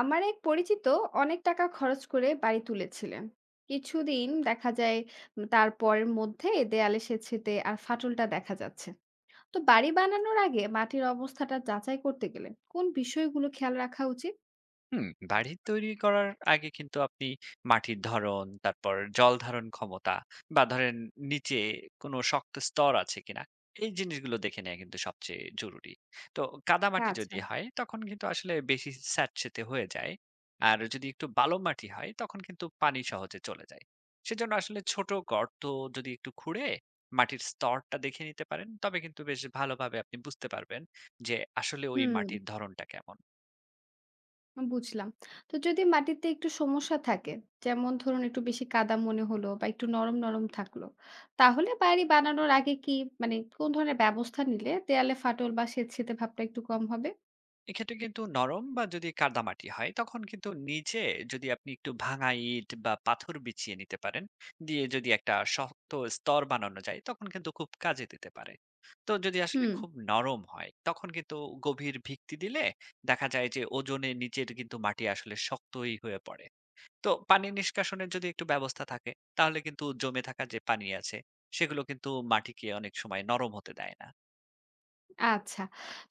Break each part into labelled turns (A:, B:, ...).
A: আমার এক পরিচিত অনেক টাকা খরচ করে বাড়ি তুলেছিলেন। কিছুদিন দেখা যায় তারপরের মধ্যে দেয়ালে সেচেতে আর ফাটলটা দেখা যাচ্ছে। তো বাড়ি বানানোর আগে মাটির অবস্থাটা যাচাই করতে গেলে কোন বিষয়গুলো খেয়াল রাখা উচিত?
B: হুম, বাড়ির তৈরি করার আগে কিন্তু আপনি মাটির ধরন, তারপর জল ধারণ ক্ষমতা বা ধরেন নিচে কোনো শক্ত স্তর আছে কিনা এই জিনিসগুলো দেখে নেওয়া কিন্তু সবচেয়ে জরুরি। তো কাদামাটি যদি
A: আচ্ছা।
B: হয় তখন কিন্তু আসলে বেশি স্যাঁতসেঁতে হয়ে যায়। আর যদি একটু বালু মাটি হয় তখন কিন্তু পানি সহজে চলে যায়। সেজন্য আসলে ছোট গর্ত যদি একটু খুঁড়ে মাটির স্তরটা দেখে নিতে পারেন তবে কিন্তু বেশ ভালোভাবে আপনি বুঝতে পারবেন যে আসলে ওই
A: হুম,
B: মাটির ধরনটা কেমন।
A: বুঝলাম। তো যদি মাটিতে একটু সমস্যা থাকে, যেমন ধরুন একটু বেশি কাদা মনে হলো বা একটু নরম নরম থাকলো, তাহলে বাড়ি বানানোর আগে কি, মানে কোন ধরনের ব্যবস্থা নিলে দেয়ালে ফাটল বা সেচসেতে ভাবটা একটু কম হবে?
B: এক্ষেত্রে কিন্তু নরম বা যদি কাদামাটি হয় তখন কিন্তু নিচে যদি আপনি একটু ভাঙা ইট বা পাথর বিছিয়ে নিতে পারেন দিয়ে যদি একটা শক্ত স্তর বানানো যায় তখন কিন্তু খুব কাজে দিতে পারে। তো যদি আসলে
A: হুম।
B: খুব নরম হয় তখন কিন্তু গভীর ভিত্তি দিলে দেখা যায় যে ওজনে নিচের কিন্তু মাটি আসলে শক্তই হয়ে পড়ে। তো পানি নিষ্কাশনের যদি একটু ব্যবস্থা থাকে তাহলে কিন্তু জমে থাকা যে পানি আছে সেগুলো কিন্তু মাটিকে অনেক সময় নরম হতে দেয় না।
A: আচ্ছা।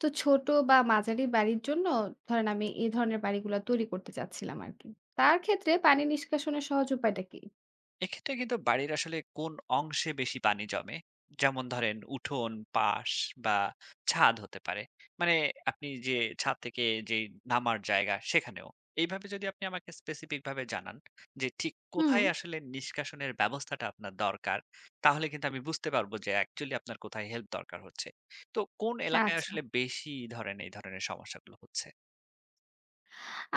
A: তো ছোট বা মাঝারি বাড়ির জন্য, ধরেন আমি এই ধরনের বাড়িগুলা তৈরি করতে চাচ্ছিলাম আরকি। তার ক্ষেত্রে পানি নিষ্কাশনের সহজ উপায়টা কি?
B: এক্ষেত্রে কিন্তু বাড়ির আসলে কোন অংশে বেশি পানি জমে, যেমন ধরেন উঠোন পাশ বা ছাদ হতে পারে, মানে আপনি যে ছাদ থেকে যে নামার জায়গা সেখানেও এইভাবে যদি আপনি আমাকে স্পেসিফিক ভাবে জানান যে ঠিক
A: হুম।
B: কোথায় আসলে নিষ্কাশনের ব্যবস্থাটা আপনার দরকার, তাহলে কিন্তু আমি বুঝতে পারবো যে অ্যাকচুয়ালি আপনার কোথায় হেল্প দরকার হচ্ছে। তো কোন এলাকায়
A: আচ্ছা।
B: আসলে বেশি ধরেন এই ধরনের সমস্যাগুলো হচ্ছে?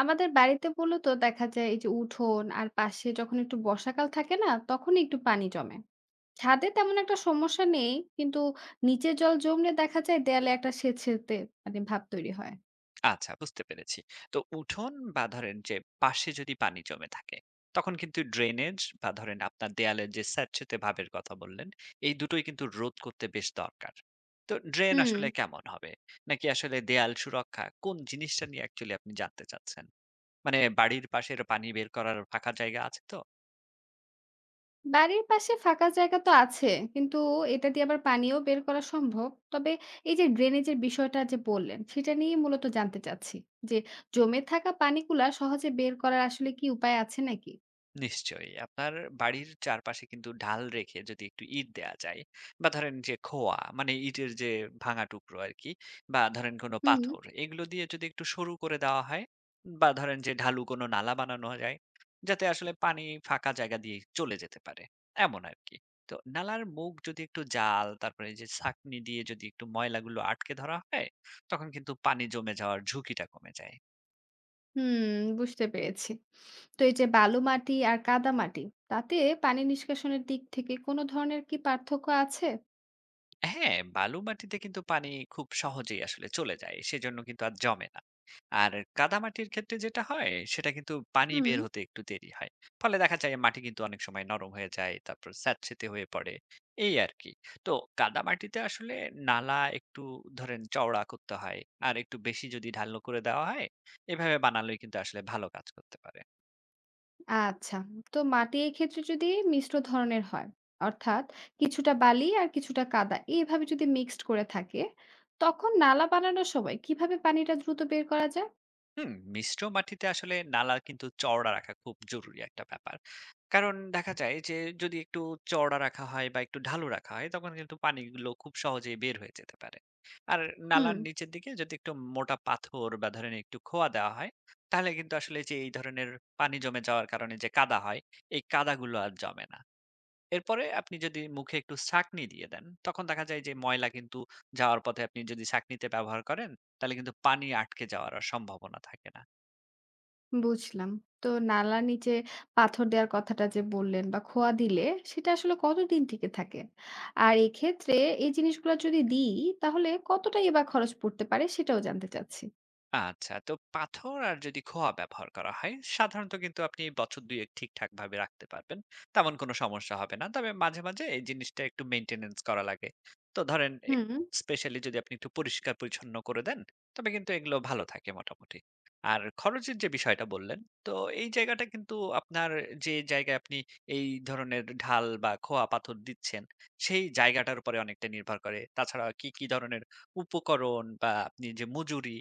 A: আমাদের বাড়িতে মূলত দেখা যায় এই যে উঠোন আর পাশে, যখন একটু বর্ষাকাল থাকে না তখনই একটু পানি জমে। ছাদে তেমন একটা সমস্যা নেই, কিন্তু নিচে জল জমলে দেখা যায় দেয়ালে একটা সেঁতসেঁতে, মানে ভাব তৈরি হয়।
B: আচ্ছা বুঝতে পেরেছি। তো উঠোন বা ধরেন যে পাশে যদি পানি জমে থাকে, তখন কিন্তু ড্রেনেজ বা ধরেন আপনার দেয়ালের যে স্যাঁতসেঁতে ভাবের কথা বললেন, এই দুটোই কিন্তু রোধ করতে বেশ দরকার। তো ড্রেন
A: হুম।
B: আসলে কেমন হবে? নাকি আসলে দেয়াল সুরক্ষা কোন জিনিসটা নিয়ে অ্যাকচুয়ালি আপনি জানতে চাচ্ছেন? মানে বাড়ির পাশের পানি বের করার ফাঁকা জায়গা আছে তো?
A: বাড়ির পাশে ফাঁকা জায়গা তো আছে। কিন্তু এটা দিয়ে আবার পানিও বের করা সম্ভব। তবে এই যে ড্রেনেজের বিষয়টা যে বললেন, সেটা নিয়েই মূলত জানতে চাচ্ছি। যে জমে থাকা পানিগুলা সহজে বের করার আসলে কি উপায় আছে নাকি?
B: নিশ্চয়ই। আপনার বাড়ির চারপাশে কিন্তু ঢাল রেখে যদি একটু ইট দেয়া যায় বা ধরেন যে খোয়া মানে ইটের যে ভাঙা টুকরো আরকি, বা ধরেন কোনো
A: হুম,
B: পাথর এগুলো দিয়ে যদি একটু সরু করে দেওয়া হয়, বা ধরেন যে ঢালু কোনো নালা বানানো যায় যাতে আসলে পানি ফাঁকা জায়গা দিয়ে চলে যেতে পারে। এমন আরকি। তো নালার মুখ যদি একটু জাল তারপরে এই যে ছাঁকনি দিয়ে যদি একটু ময়লাগুলো আটকে ধরা হয় তখন কিন্তু পানি জমে যাওয়ার ঝুঁকিটা কমে যায়।
A: হুম, বুঝতে পেরেছি। তো এই যে বালু মাটি আর কাদা মাটি, তাতে পানি নিষ্কাশনের দিক থেকে কোনো ধরনের কি পার্থক্য আছে?
B: হ্যাঁ, বালু মাটিতে কিন্তু পানি খুব সহজেই আসলে চলে যায়। সেজন্য কিন্তু আর জমে না। আর কাদামাটির ক্ষেত্রে যেটা হয় সেটা কিন্তু পানি বের
A: হুম।
B: হতে একটু দেরি হয়। ফলে দেখা যায় মাটি কিন্তু অনেক সময় নরম হয়ে যায়, তারপর স্যাঁতসেঁতে হয়ে পড়ে। এই আরকি। তো কাদামাটিতে আসলে নালা একটু ধরেন চওড়া করতে হয়। আর একটু বেশি যদি ঢালু করে দেওয়া হয়, এভাবে বানালেই কিন্তু আসলে ভালো কাজ করতে পারে।
A: আচ্ছা। তো মাটি এক্ষেত্রে যদি মিশ্র ধরনের হয়, অর্থাৎ কিছুটা বালি আর কিছুটা কাদা এভাবে যদি মিক্সড করে থাকে, তখন নালা বানানোর সময় কিভাবে পানিটা দ্রুত বের করা যায়?
B: হুম, মিশ্র মাটিতে আসলে নালা কিন্তু চওড়া রাখা খুব জরুরি একটা ব্যাপার। কারণ দেখা যায় যে যদি একটু চওড়া রাখা হয় বা একটু ঢালু রাখা হয় তখন কিন্তু পানিগুলো খুব সহজেই বের হয়ে যেতে পারে। আর
A: হুম,
B: নালার নিচের দিকে যদি একটু মোটা পাথর বা ধরেন একটু খোয়া দেওয়া হয় তাহলে কিন্তু আসলে যে এই ধরনের পানি জমে যাওয়ার কারণে যে কাদা হয় এই কাদাগুলো আর জমে না। এরপরে আপনি যদি মুখে একটু ছাঁকনি দিয়ে দেন তখন দেখা যায় যে ময়লা কিন্তু যাওয়ার পথে আপনি যদি ছাঁকনিতে ব্যবহার করেন তাহলে কিন্তু পানি আটকে যাওয়ার আর সম্ভাবনা থাকে না।
A: বুঝলাম। তো নালার নিচে পাথর দেওয়ার কথাটা যে বললেন, বা খোয়া দিলে সেটা আসলে কতদিন টিকে থাকে? আর এক্ষেত্রে এই জিনিসগুলো যদি দিই তাহলে কতটাই বা খরচ পড়তে পারে সেটাও জানতে চাচ্ছি।
B: আচ্ছা তো পাথর আর যদি খোয়া ব্যবহার করা হয় সাধারণত কিন্তু আপনি বছর দুয়েক ঠিকঠাক ভাবে রাখতে পারবেন। তেমন কোনো সমস্যা হবে না, তবে মাঝে মাঝে এই জিনিসটা একটু মেনটেনেন্স করা লাগে। তো ধরেন
A: হুম,
B: স্পেশালি যদি আপনি একটু পরিষ্কার পরিচ্ছন্ন করে দেন তবে কিন্তু এগুলো ভালো থাকে মোটামুটি। আর খরচের যে বিষয়টা বললেন, তো এই জায়গাটা কিন্তু আপনার যে জায়গায় আপনি এই ধরনের ঢাল বা খোয়া পাথর দিচ্ছেন সেই জায়গাটার উপরে অনেকটা নির্ভর করে। তাছাড়া কি কি ধরনের উপকরণ বা আপনি যে মজুরি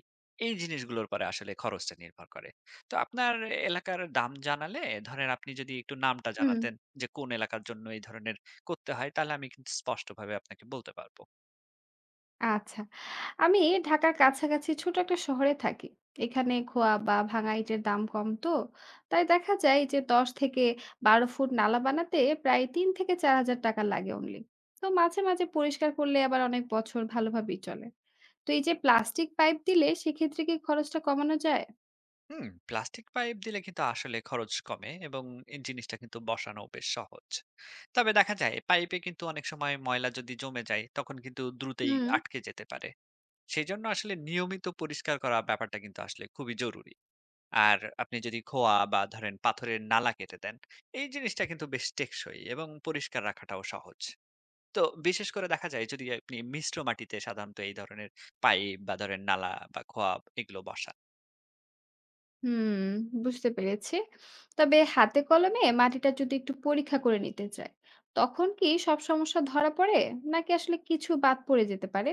B: এই জিনিসগুলোর পরে আসলে খরচটা নির্ভর করে। তো আপনার এলাকার দাম জানালে, ধরেন আপনি যদি একটু নামটা
A: হুম।
B: জানাতেন যে কোন এলাকার জন্য এই ধরনের করতে হয়, তাহলে আমি কিন্তু স্পষ্টভাবে আপনাকে বলতে পারবো।
A: আচ্ছা। আমি ঢাকার কাছাকাছি ছোট একটা শহরে থাকি। এখানে খোয়া বা ভাঙা ইটের দাম কম তো। তাই দেখা যায় যে ১০ থেকে ১২ ফুট নালা বানাতে প্রায় ৩ থেকে ৪,০০০ টাকা লাগে অনলি। তো মাঝে, মাঝে পরিষ্কার করলে আবার অনেক বছর ভালোভাবেই চলে। তো এই যে প্লাস্টিক পাইপ দিলে সেক্ষেত্রে কি খরচটা কমানো যায়?
B: হুম, প্লাস্টিক পাইপ দিলে কিন্তু আসলে খরচ কমে এবং এই জিনিসটা কিন্তু বসানো বেশ সহজ। তবে দেখা যায় পাইপে কিন্তু অনেক সময় ময়লা যদি জমে যায় তখন কিন্তু দ্রুতই
A: হুম,
B: আটকে যেতে পারে। সেজন্য আসলে নিয়মিত পরিষ্কার করা ব্যাপারটা কিন্তু আসলে খুবই জরুরি। আর আপনি যদি খোয়া বা ধরেন পাথরের নালা কেটে দেন, এই জিনিসটা কিন্তু বেশ টেকসই এবং পরিষ্কার রাখাটাও সহজ। তো বিশেষ করে দেখা যায় যদি আপনি মিশ্র মাটিতে সাধারণত এই ধরনের পাইপ বা ধরেন নালা বা খোয়া এগুলো বসান।
A: হুম, বুঝতে পেরেছি। তবে হাতে কলমে মাটিটা যদি একটু পরীক্ষা করে নিতে চাই, তখন কি সব সমস্যা ধরা পড়ে? নাকি আসলে কিছু বাদ পড়ে যেতে পারে?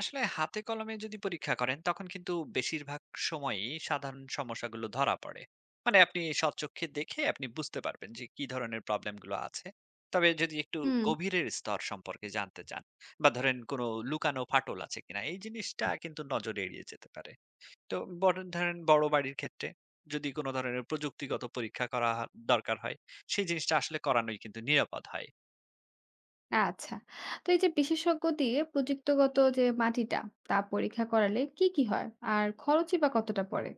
B: আসলে হাতে কলমে যদি পরীক্ষা করেন তখন কিন্তু বেশিরভাগ সময়ই সাধারণ সমস্যাগুলো ধরা পড়ে, মানে আপনি স্বচক্ষে দেখে আপনি বুঝতে পারবেন যে কি ধরনের প্রবলেমগুলো আছে। তবে যদি একটু
A: হুম,
B: গভীরের স্তর সম্পর্কে জানতে চান বা ধরেন কোনো লুকানো ফাটল আছে কিনা এই জিনিসটা কিন্তু নজরে এড়িয়ে যেতে পারে। তো বড় ধরেন বড় বাড়ির ক্ষেত্রে যদি কোনো ধরনের প্রযুক্তিগত পরীক্ষা করা দরকার হয় সেই জিনিসটা আসলে করানোই কিন্তু নিরাপদ হয়।
A: আচ্ছা। তো এই যে বিশেষজ্ঞ দিয়ে প্রযুক্তিগত যে মাটিটা, তা পরীক্ষা করালে কি, কি হয়? আর খরচই বা কতটা পড়ে?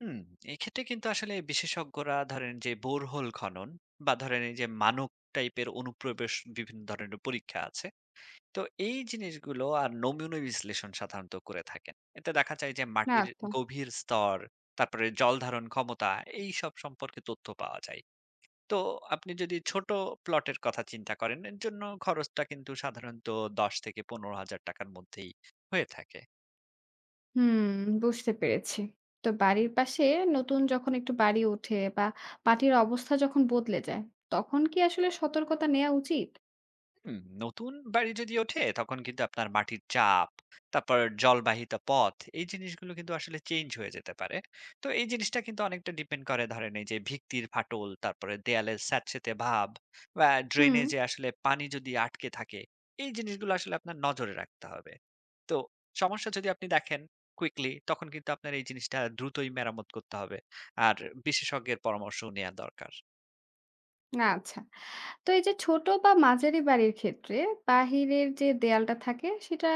B: হুম, এক্ষেত্রে কিন্তু আসলে বিশেষজ্ঞরা ধরেন যে বোরহোল খনন বা ধরেন এই যে মানব টাইপের অনুপ্রবেশ বিভিন্ন ধরনের পরীক্ষা আছে। তো এই জিনিসগুলো আর নমুনা বিশ্লেষণ সাধারণত করে থাকেন। এতে দেখা যায় যে মাটির
A: আচ্ছা।
B: গভীর স্তর, তারপরে জল ধারণ ক্ষমতা এই সব সম্পর্কে তথ্য পাওয়া যায়। তো আপনি যদি ছোট প্লটের কথা চিন্তা করেন এর জন্য খরচটা কিন্তু সাধারণত 10 থেকে 15 হাজার টাকার মধ্যেই হয়ে থাকে।
A: হুম, বুঝতে পেরেছি। তো বাড়ির পাশে নতুন যখন একটু বাড়ি ওঠে, বা মাটির অবস্থা যখন বদলে যায়, তখন কি আসলে সতর্কতা নেওয়া উচিত?
B: হুম, নতুন বাড়ি যদি ওঠে তখন কিন্তু আপনার মাটির চাপ, তারপর জলবাহিত পথ এই জিনিসগুলো কিন্তু আসলে চেঞ্জ হয়ে যেতে পারে। তো এই জিনিসটা কিন্তু অনেকটা ডিপেন্ড করে ধরেন এই যে ভিত্তির ফাটল, তারপরে দেয়ালের স্যাঁতসেঁতে ভাব বা
A: হুম,
B: ড্রেনে যে আসলে পানি যদি আটকে থাকে, এই জিনিসগুলো আসলে আপনার নজরে রাখতে হবে। তো সমস্যা যদি আপনি দেখেন কুইকলি তখন কিন্তু আপনার এই জিনিসটা দ্রুতই মেরামত করতে হবে। আর বিশেষজ্ঞের পরামর্শ নেওয়া দরকার।
A: আচ্ছা। তো এই যে ছোট বা মাঝারি বাড়ির ক্ষেত্রে, বাহিরের যে দেয়ালটা থাকে সেটা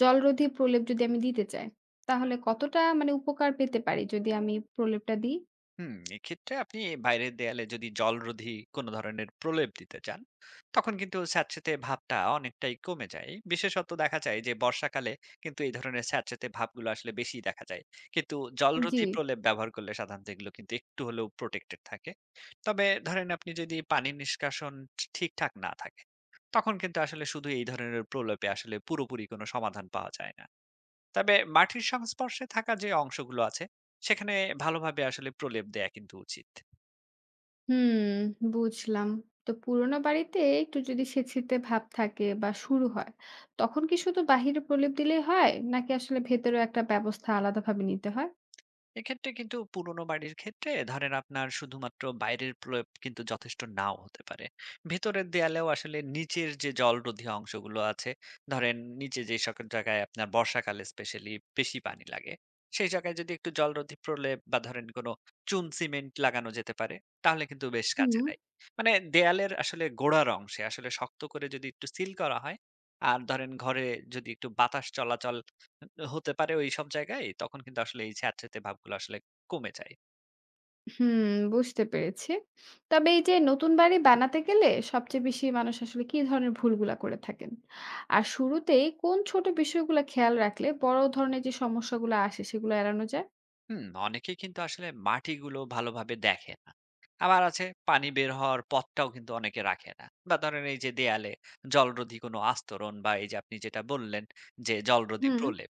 A: জলরোধী প্রলেপ যদি আমি দিতে চাই, তাহলে কতটা মানে উপকার পেতে পারি যদি আমি প্রলেপটা দিই?
B: হুম, এক্ষেত্রে আপনি বাইরের দেয়ালে যদি জলরোধী কোনো ধরনের প্রলেপ দিতে চান তখন কিন্তু স্যাঁতসেঁতে ভাবটা অনেকটাই কমে যায়। বিশেষত দেখা যায় যে বর্ষাকালে কিন্তু এই ধরনের স্যাঁতসেঁতে ভাবগুলো আসলে বেশি দেখা যায়, কিন্তু
A: জি।
B: জলরোধী প্রলেপ ব্যবহার করলে সাধারণত এগুলো কিন্তু একটু হলেও প্রোটেক্টেড থাকে। তবে ধরেন আপনি যদি পানি নিষ্কাশন ঠিকঠাক না থাকে তখন কিন্তু আসলে শুধু এই ধরনের প্রলেপে আসলে পুরোপুরি কোনো সমাধান পাওয়া যায় না। তবে মাটির সংস্পর্শে থাকা যে অংশগুলো আছে সেখানে ভালোভাবে আসলে প্রলেপ দেয়া কিন্তু উচিত।
A: হুম, বুঝলাম। তো পুরোনো বাড়িতে একটু যদি সেচিতে ভাব থাকে বা শুরু হয়, তখন কি শুধু বাহিরে প্রলেপ দিলেই হয়, নাকি আসলে ভেতরেও একটা ব্যবস্থা আলাদাভাবে নিতে হয়?
B: এক্ষেত্রে কিন্তু পুরোনো বাড়ির ক্ষেত্রে ধরেন আপনার শুধুমাত্র বাইরের প্রলেপ কিন্তু যথেষ্ট নাও হতে পারে। ভেতরের দেয়ালেও আসলে নিচের যে জলরোধী অংশগুলো আছে, ধরেন নিচে যে সকল জায়গায় আপনার বর্ষাকালে স্পেশালি বেশি পানি লাগে, সেই জায়গায় যদি একটু জলরোধী প্রলেপ বা ধরেন কোনো চুন সিমেন্ট লাগানো যেতে পারে, তাহলে কিন্তু বেশ কাজে
A: হুম।
B: দেয়। মানে দেয়ালের আসলে গোড়ার অংশে আসলে শক্ত করে যদি একটু সিল করা হয় আর ধরেন ঘরে যদি একটু বাতাস চলাচল হতে পারে ওইসব জায়গায়, তখন কিন্তু আসলে এই স্যাঁতসেঁতে ভাবগুলো আসলে কমে যায়।
A: হুম, বুঝতে পেরেছি। তবে এই যে নতুন বাড়ি বানাতে গেলে সবচেয়ে বেশি মানুষ আসলে কি ধরনের ভুলগুলা করে থাকেন? আর শুরুতেই কোন ছোট বিষয়গুলা খেয়াল রাখলে বড় ধরনের যে সমস্যাগুলো আসে সেগুলো এড়ানো যায়?
B: হুম, অনেকেই কিন্তু আসলে মাটিগুলো ভালোভাবে দেখে না। আবার আছে পানি বের হওয়ার পথটাও কিন্তু অনেকে রাখে না, বা ধরেন এই যে দেয়ালে জলরোধী কোনো আস্তরণ বা এই যে আপনি যেটা বললেন যে জলরোধী
A: হুম,
B: প্রলেপ,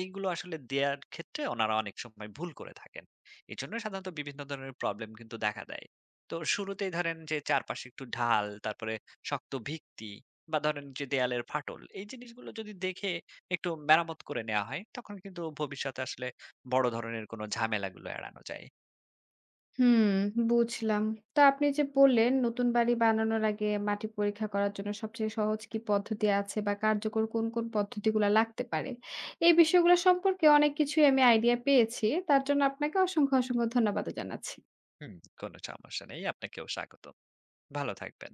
B: এইগুলো আসলে দেয়ার ক্ষেত্রে ওনারা অনেক সময় ভুল করে থাকেন। এই জন্য সাধারণত বিভিন্ন ধরনের প্রবলেম কিন্তু দেখা দেয়। তো শুরুতেই ধরেন যে চারপাশে একটু ঢাল, তারপরে শক্ত ভিত্তি বা ধরেন যে দেয়ালের ফাটল এই জিনিসগুলো যদি দেখে একটু মেরামত করে নেওয়া হয় তখন কিন্তু ভবিষ্যতে আসলে বড় ধরনের কোনো ঝামেলাগুলো এড়ানো যায়।
A: হুম, বুঝলাম। তো আপনি যে বললেন নতুন বাড়ি বানানোর আগে মাটি পরীক্ষা করার জন্য সবচেয়ে সহজ কি পদ্ধতি আছে, বা কার্যকর কোন, কোন পদ্ধতিগুলা লাগতে পারে? এই বিষয়গুলো সম্পর্কে অনেক কিছুই আমি আইডিয়া পেয়েছি। তার জন্য আপনাকে অসংখ্য, অসংখ্য ধন্যবাদও জানাচ্ছি।
B: হুম, কোনো সমস্যা নেই। আপনাকেও স্বাগতম। ভালো থাকবেন।